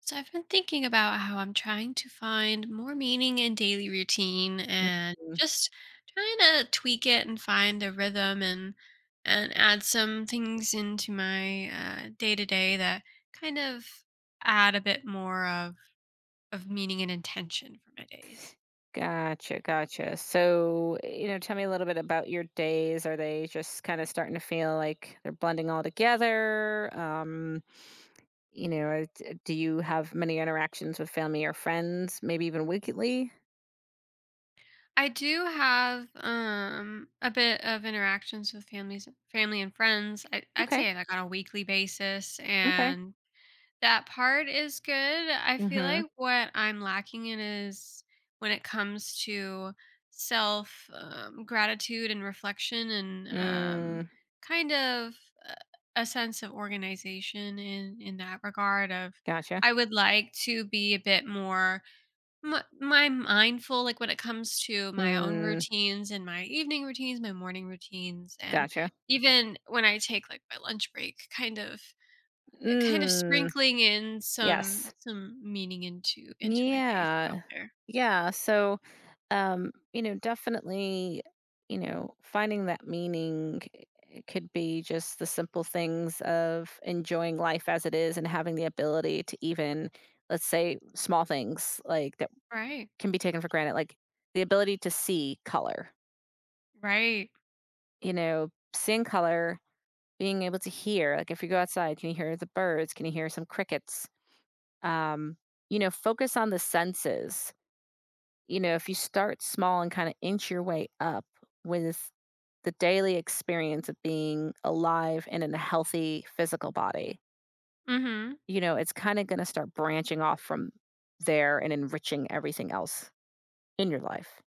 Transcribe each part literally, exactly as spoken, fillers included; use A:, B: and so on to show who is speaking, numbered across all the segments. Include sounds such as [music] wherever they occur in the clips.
A: So I've been thinking about how I'm trying to find more meaning in daily routine and
B: Mm,
A: just trying to tweak it and find a rhythm and and add some things into my day to day that kind of add a bit more of of meaning and intention for my days.
B: gotcha, gotcha. So, you know, tell me a little bit about your days. Are they just kind of starting to feel like they're blending all together? Um, you know, or d- do you have many interactions with family or friends, maybe even weekly?
A: I do have um a bit of interactions with families family and friends. I, I'd
B: Okay,
A: say like on a weekly basis
B: okay.
A: and that part is good. I feel
B: Mm-hmm.
A: like what I'm lacking in is when it comes to self um, gratitude and reflection and um,
B: Mm,
A: kind of uh, a sense of organization in in that regard of
B: gotcha.
A: I would like to be a bit more m- my mindful like when it comes to my own
B: Mm,
A: routines and my evening routines, my morning routines and
B: gotcha.
A: even when I take like my lunch break kind of kind of
B: Mm,
A: sprinkling in some
B: yes.
A: some meaning into into my day throughout
B: Yeah.
A: there.
B: Yeah. So, um you know definitely you know finding that meaning eh, it could be just the simple things of enjoying life as it is and having the ability to even let's say small things like that
A: Right.
B: can be taken for granted like the ability to see color,
A: Right.
B: you know, seeing color, being able to hear. Like if you go outside, can you hear the birds? Can you hear some crickets? um you know, focus on the senses. You know, if you start small and kind of inch your way up with the daily experience of being alive and in a healthy physical body,
A: Mhm.
B: you know, it's kind of going to start branching off from there and enriching everything else in your life.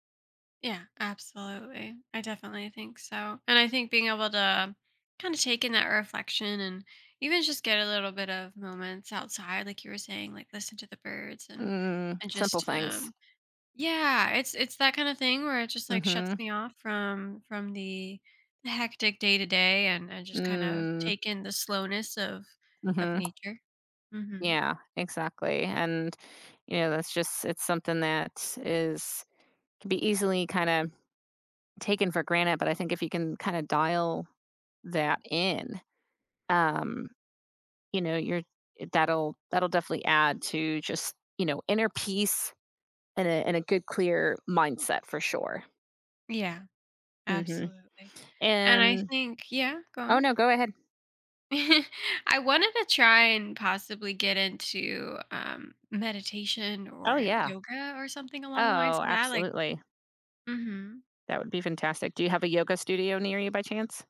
A: Yeah, absolutely. I definitely think so. And I think being able to kind of take in that reflection and even just get a little bit of moments outside like you were saying, like listen to the birds and
B: Mm,
A: and
B: simple
A: just
B: things.
A: um yeah, it's it's that kind of thing where it just like shuts
B: Mm-hmm.
A: me off from from the the hectic day to day and and just kind of
B: Mm,
A: take in the slowness of of
B: mm-hmm.
A: nature. Hmm.
B: Yeah, exactly. And you know, that's just it's something that is can be easily kind of taken for granted, but I think if you can kind of dial that in. Um, you know, you're that'll that'll definitely add to just, you know, inner peace and a and a good clear mindset for sure.
A: Yeah,
B: Mhm.
A: absolutely. And I
B: And
A: think yeah, go
B: oh
A: on.
B: no, go ahead.
A: [laughs] I wanted to try and possibly get into um, meditation
B: Oh
A: or
B: yeah.
A: yoga or something along the lines
B: Oh,
A: of that. Like,
B: absolutely.
A: hmm,
B: That would be fantastic. Do you have a yoga studio near you by chance?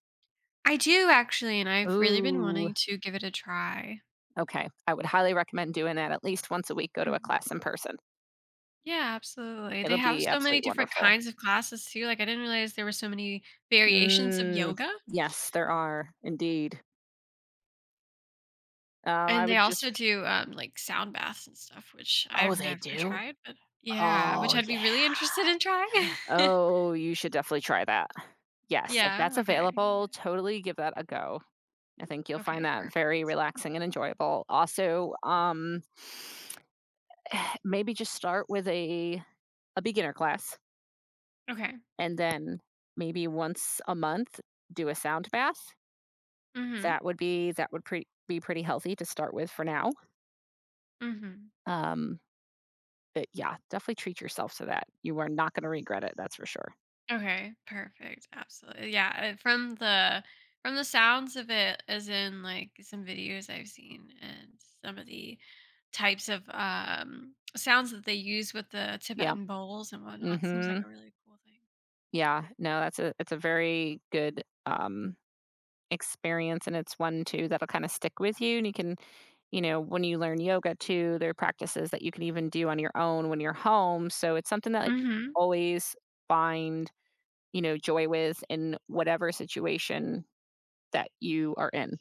A: I do actually, and I've really been
B: Ooh.
A: wanting to give it a try.
B: Okay. I would highly recommend doing that at least once a week. Go to a class in person.
A: Yeah, absolutely. They
B: It'll
A: have
B: be
A: so many
B: absolutely
A: different
B: wonderful.
A: kinds of classes too. Like I didn't realize there were so many variations of
B: Mm,
A: yoga.
B: yes, there are indeed. Um, I
A: And they
B: would just,
A: also do um like sound baths and stuff, which
B: oh,
A: I've
B: they
A: never
B: do?
A: tried, but yeah, which
B: Oh,
A: I'd be
B: yeah.
A: really interested in trying. [laughs]
B: Oh, you should definitely try that. Yes, if
A: Yeah,
B: that's
A: okay.
B: available, totally give that a go. I think you'll find
A: Okay,
B: that very
A: perfect.
B: relaxing and enjoyable. Also, um, [sighs] maybe just start with a a beginner class
A: Okay.
B: and then maybe once a month do a sound bath.
A: Mhm.
B: That would be that would pre- be pretty healthy to start with for now.
A: Mhm.
B: Um, but yeah, definitely treat yourself to that. You are not going to regret it, that's for sure.
A: Okay, perfect. Absolutely. Yeah, uh, from the from the sounds of it, as in like some videos I've seen and some of the types of um sounds that they use with the
B: Yeah.
A: Tibetan bowls and whatnot seems like
B: Mhm.
A: a really cool thing.
B: Yeah. No, that's a it's a very good um experience, and it's one too that'll kind of stick with you. And you can, you know, when you learn yoga too, there are practices that you can even do on your own when you're home, so it's something that, like, you
A: Mhm.
B: always find, you know, joy with in whatever situation that you are in.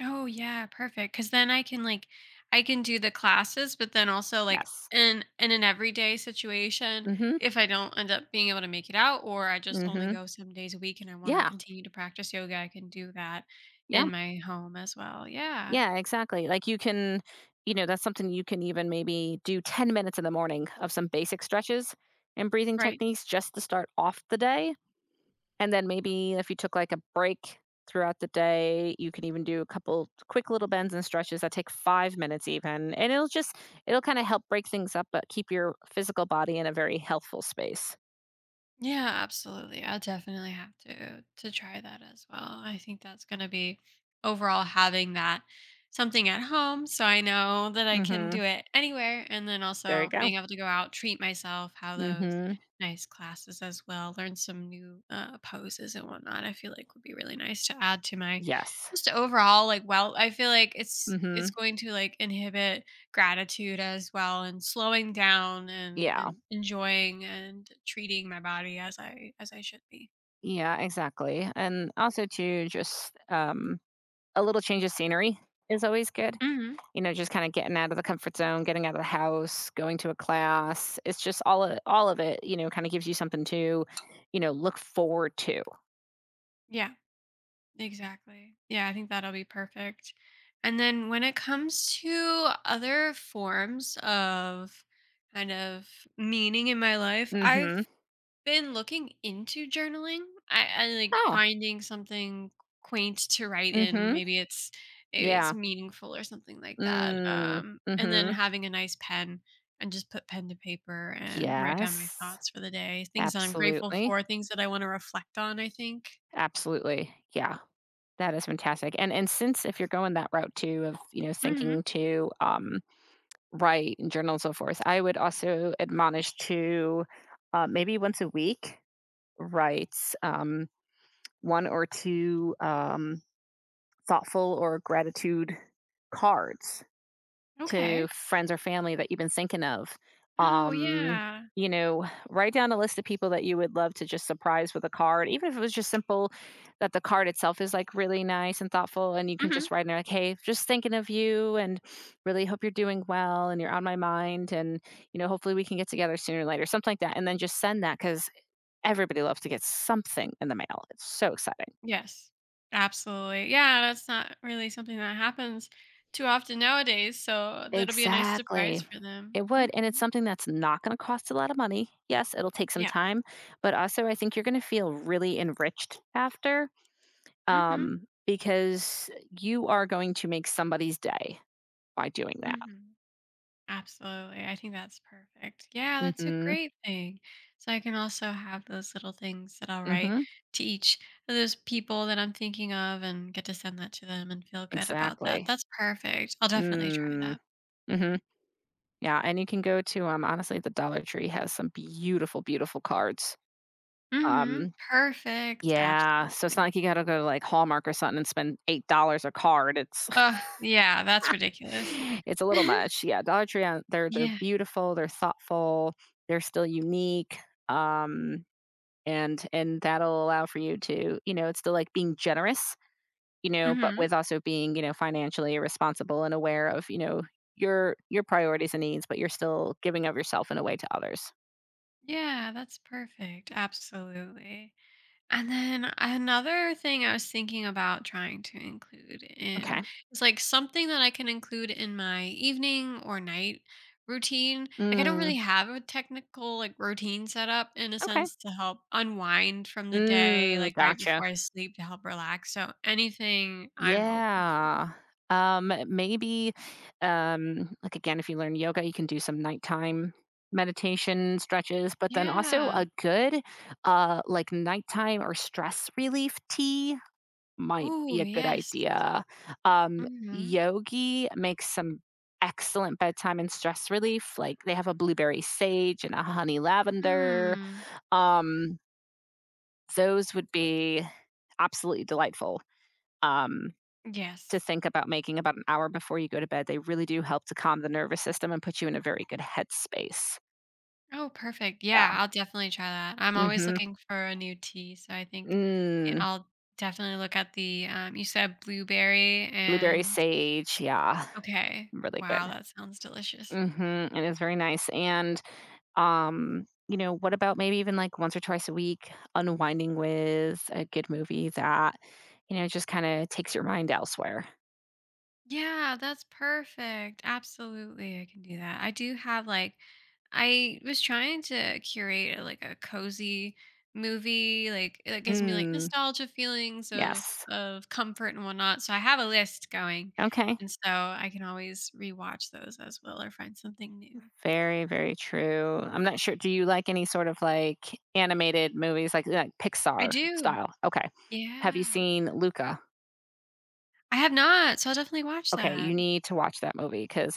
A: Oh yeah, perfect. Cause then I can like I can do the classes, but then also like
B: Yes.
A: in in an everyday situation,
B: Mhm.
A: if I don't end up being able to make it out or I just only
B: Mhm.
A: go some days a week and I want to
B: Yeah.
A: continue to practice yoga, I can do that
B: Yeah.
A: in my home as well. Yeah.
B: Yeah, exactly. Like you can, you know, that's something you can even maybe do ten minutes in the morning of some basic stretches and breathing
A: Right.
B: techniques just to start off the day. And then maybe if you took like a break throughout the day, you can even do a couple quick little bends and stretches that take five minutes even. And it'll just, it'll kind of help break things up, but keep your physical body in a very healthful space.
A: Yeah, absolutely. I definitely have to to try that as well. I think that's going to be overall having that something at home so I know that I can
B: Mm-hmm.
A: do it anywhere and then
B: There you
A: also
B: go.
A: being able to go out, treat myself, have those
B: Mm-hmm.
A: nice classes as well, learn some new uh, poses and whatnot. I feel like would be really nice to add to my
B: Yes.
A: just overall like well, I feel like it's it's
B: Mm-hmm.
A: going to like inhibit gratitude as well and slowing down and
B: Yeah.
A: and enjoying and treating my body as I as I should be.
B: Yeah, exactly. And also to just um a little change of scenery is always good.
A: Mhm.
B: You know, just kinda getting out of the comfort zone, getting out of the house, going to a class. It's just all of all of it, you know, kinda gives you something to, you know, look forward to.
A: Yeah, exactly. Yeah, I think that'll be perfect. And then when it comes to other forms of kind of meaning in my life, I
B: Mhm.
A: been looking into journaling. I, I like
B: Oh.
A: finding something quaint to write in.
B: Mhm.
A: Maybe it's maybe it's
B: Yeah.
A: meaningful or something like that.
B: Mm.
A: Um, and then
B: Mhm.
A: having a nice pen and just put pen to paper and write down my
B: Yes.
A: thoughts for the day, things that I'm grateful
B: Absolutely.
A: for, things that I want to reflect on, I think.
B: Absolutely. Yeah. That is fantastic. And and since if you're going that route too of, you know,
A: Hmm.
B: thinking to, um, write and journal and so forth, I would also admonish to, uh, maybe once a week, write, um one or two um, thoughtful or gratitude cards to
A: Okay.
B: friends or family that you've been thinking of.
A: Oh
B: Um,
A: yeah.
B: you know, write down a list of people that you would love to just surprise with a card, even if it was just simple that the card itself is like really nice and thoughtful. And you can
A: Hmm.
B: just write in there, like, hey, just thinking of you and really hope you're doing well and you're on my mind. And, you know, hopefully we can get together sooner or later, something like that. And then just send that because everybody loves to get something in the mail. It's so exciting.
A: Yes. Absolutely. Yeah, that's not really something that happens too often nowadays. So that'll be a nice
B: Exactly.
A: surprise for them.
B: It
A: Hmm.
B: would, and it's something that's not gonna cost a lot of money. Yes, it'll take some
A: Yeah.
B: time, but also I think you're gonna feel really enriched after,
A: Mm-hmm.
B: um, because you are going to make somebody's day by doing that.
A: Mm-hmm. Absolutely. I think that's perfect. Yeah, that's a
B: Mhm,
A: great thing. So I can also have those little things that I'll write
B: mhm,
A: to each of those people that I'm thinking of and get to send that to them and feel good about that.
B: exactly.
A: That's perfect. I'll definitely try
B: Mm,
A: that.
B: mhm, yeah, and you can go to, um, honestly, the Dollar Tree has some beautiful, beautiful cards.
A: Mm-hmm.
B: Um,
A: Perfect.
B: yeah, so it's not
A: Absolutely.
B: like you gotta go to, like, Hallmark or something and spend eight dollars a card, it's
A: Oh,
B: [laughs]
A: yeah, that's ridiculous.
B: it's a
A: [laughs]
B: little much. Yeah, Dollar Tree, uh, they're they're
A: Yeah.
B: beautiful, they're thoughtful, they're still unique, um, and and that'll allow for you to, you know, it's still like being generous, you know, but with
A: Mm-hmm.
B: also being, you know, financially responsible and aware of, you know, your your priorities and needs, but you're still giving of yourself in a way to others.
A: Yeah, that's perfect. Absolutely. And then another thing I was thinking about trying to include in
B: Okay.
A: is like something that I can include in my evening or night routine. Like I don't really
B: Mm,
A: have a technical like routine set up in a
B: okay.
A: sense to help unwind from the day,
B: Mm,
A: like right
B: gotcha.
A: before I sleep to help relax. So anything I'm open to.
B: Yeah. Um, maybe, um, like again, if you learn yoga, you can do some nighttime meditation stretches, but then also
A: Yeah.
B: a good, uh, like nighttime or stress relief tea might
A: Ooh,
B: be a good
A: yes.
B: idea. Um,
A: Mm-hmm.
B: Yogi makes some excellent bedtime and stress relief. Like they have a blueberry sage and a honey lavender.
A: Mm.
B: Um, those would be absolutely delightful. Um, to
A: Yes.
B: think about making about an hour before you go to bed. They really do help to calm the nervous system and put you in a very good headspace.
A: Oh, perfect.
B: Yeah.
A: Yeah, I'll definitely try that. I'm always
B: Mhm.
A: looking for a new tea, so I think i-
B: Mm,
A: I'll definitely look at the um you said blueberry
B: blueberry
A: and
B: sage, yeah,
A: okay.
B: really
A: Wow,
B: good.
A: that sounds delicious.
B: Mm-hmm. Mhm, it is very nice, and, um, you know, what about maybe even, like, once or twice a week, unwinding with a good movie that, you know, just kinda takes your mind elsewhere?
A: Yeah, that's perfect. Absolutely, I can do that. I do have like I was trying to curate a, like a cozy movie, like that gives me like
B: Mm,
A: nostalgia feelings of
B: yes.
A: of comfort and whatnot. So I have a list going,
B: Okay.
A: and so I can always rewatch those as well or find something new.
B: Very, very true. I'm not sure, do you like any sort of, like, animated movies, like like
A: I
B: Pixar
A: do.
B: style? Okay. Have you
A: Yeah, I
B: seen
A: do.
B: Luca?
A: I have not, so I'll definitely watch
B: Okay, you
A: that.
B: need to watch that movie because,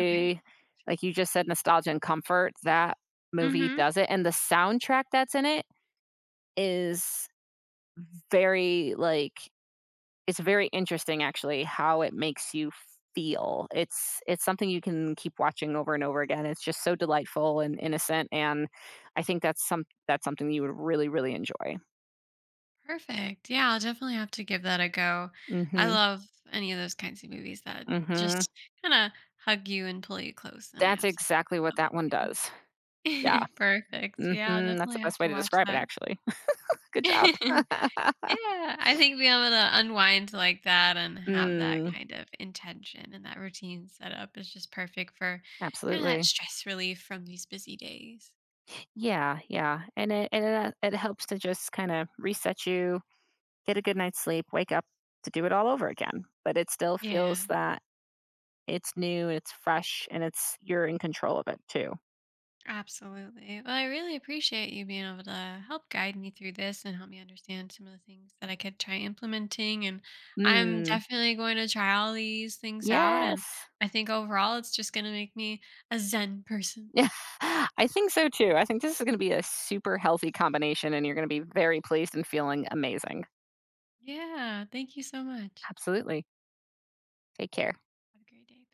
A: Okay.
B: like you just said, nostalgia and comfort, that movie
A: Mm-hmm.
B: does it, and the soundtrack that's in it is very, like, it's very interesting actually how it makes you feel. It's it's something you can keep watching over and over again. It's just so delightful and innocent, and I think that's some that's something you would really, really enjoy.
A: Perfect. Yeah, I'll definitely have to give that a go. I
B: Mhm,
A: love any of those kinds of movies that
B: mhm.
A: just kind of hug you and pull you close, and I
B: That's exactly
A: absolutely
B: what
A: love that
B: that one
A: feeling.
B: does. Yeah.
A: [laughs] Perfect. Yeah, I'll
B: Mhm, that's the
A: definitely have
B: best way
A: to
B: to
A: watch
B: describe it
A: that.
B: actually. [laughs] Good
A: [laughs]
B: job.
A: Yeah,
B: [laughs]
A: I think being able to unwind like that and have that
B: Mm,
A: kind of intention and that routine set up is just perfect for kind of that
B: absolutely.
A: stress relief from these busy days.
B: Yeah, yeah, and it and it, uh, it helps to just kinda reset you, get a good night's sleep, wake up to do it all over again, but it still feels
A: Yeah.
B: that it's new, it's fresh, and it's you're in control of it too.
A: Absolutely. Well, I really appreciate you being able to help guide me through this and help me understand some of the things that I could try implementing. And I'm
B: Mm,
A: definitely going to try all these things out. And
B: yes.
A: I think overall, it's just going to make me a Zen person.
B: Yeah, [laughs] I think so too. I think this is gonna be a super healthy combination, and you're gonna be very pleased and feeling amazing.
A: Yeah. Thank you so much.
B: Absolutely. Take care.
A: Have a great day.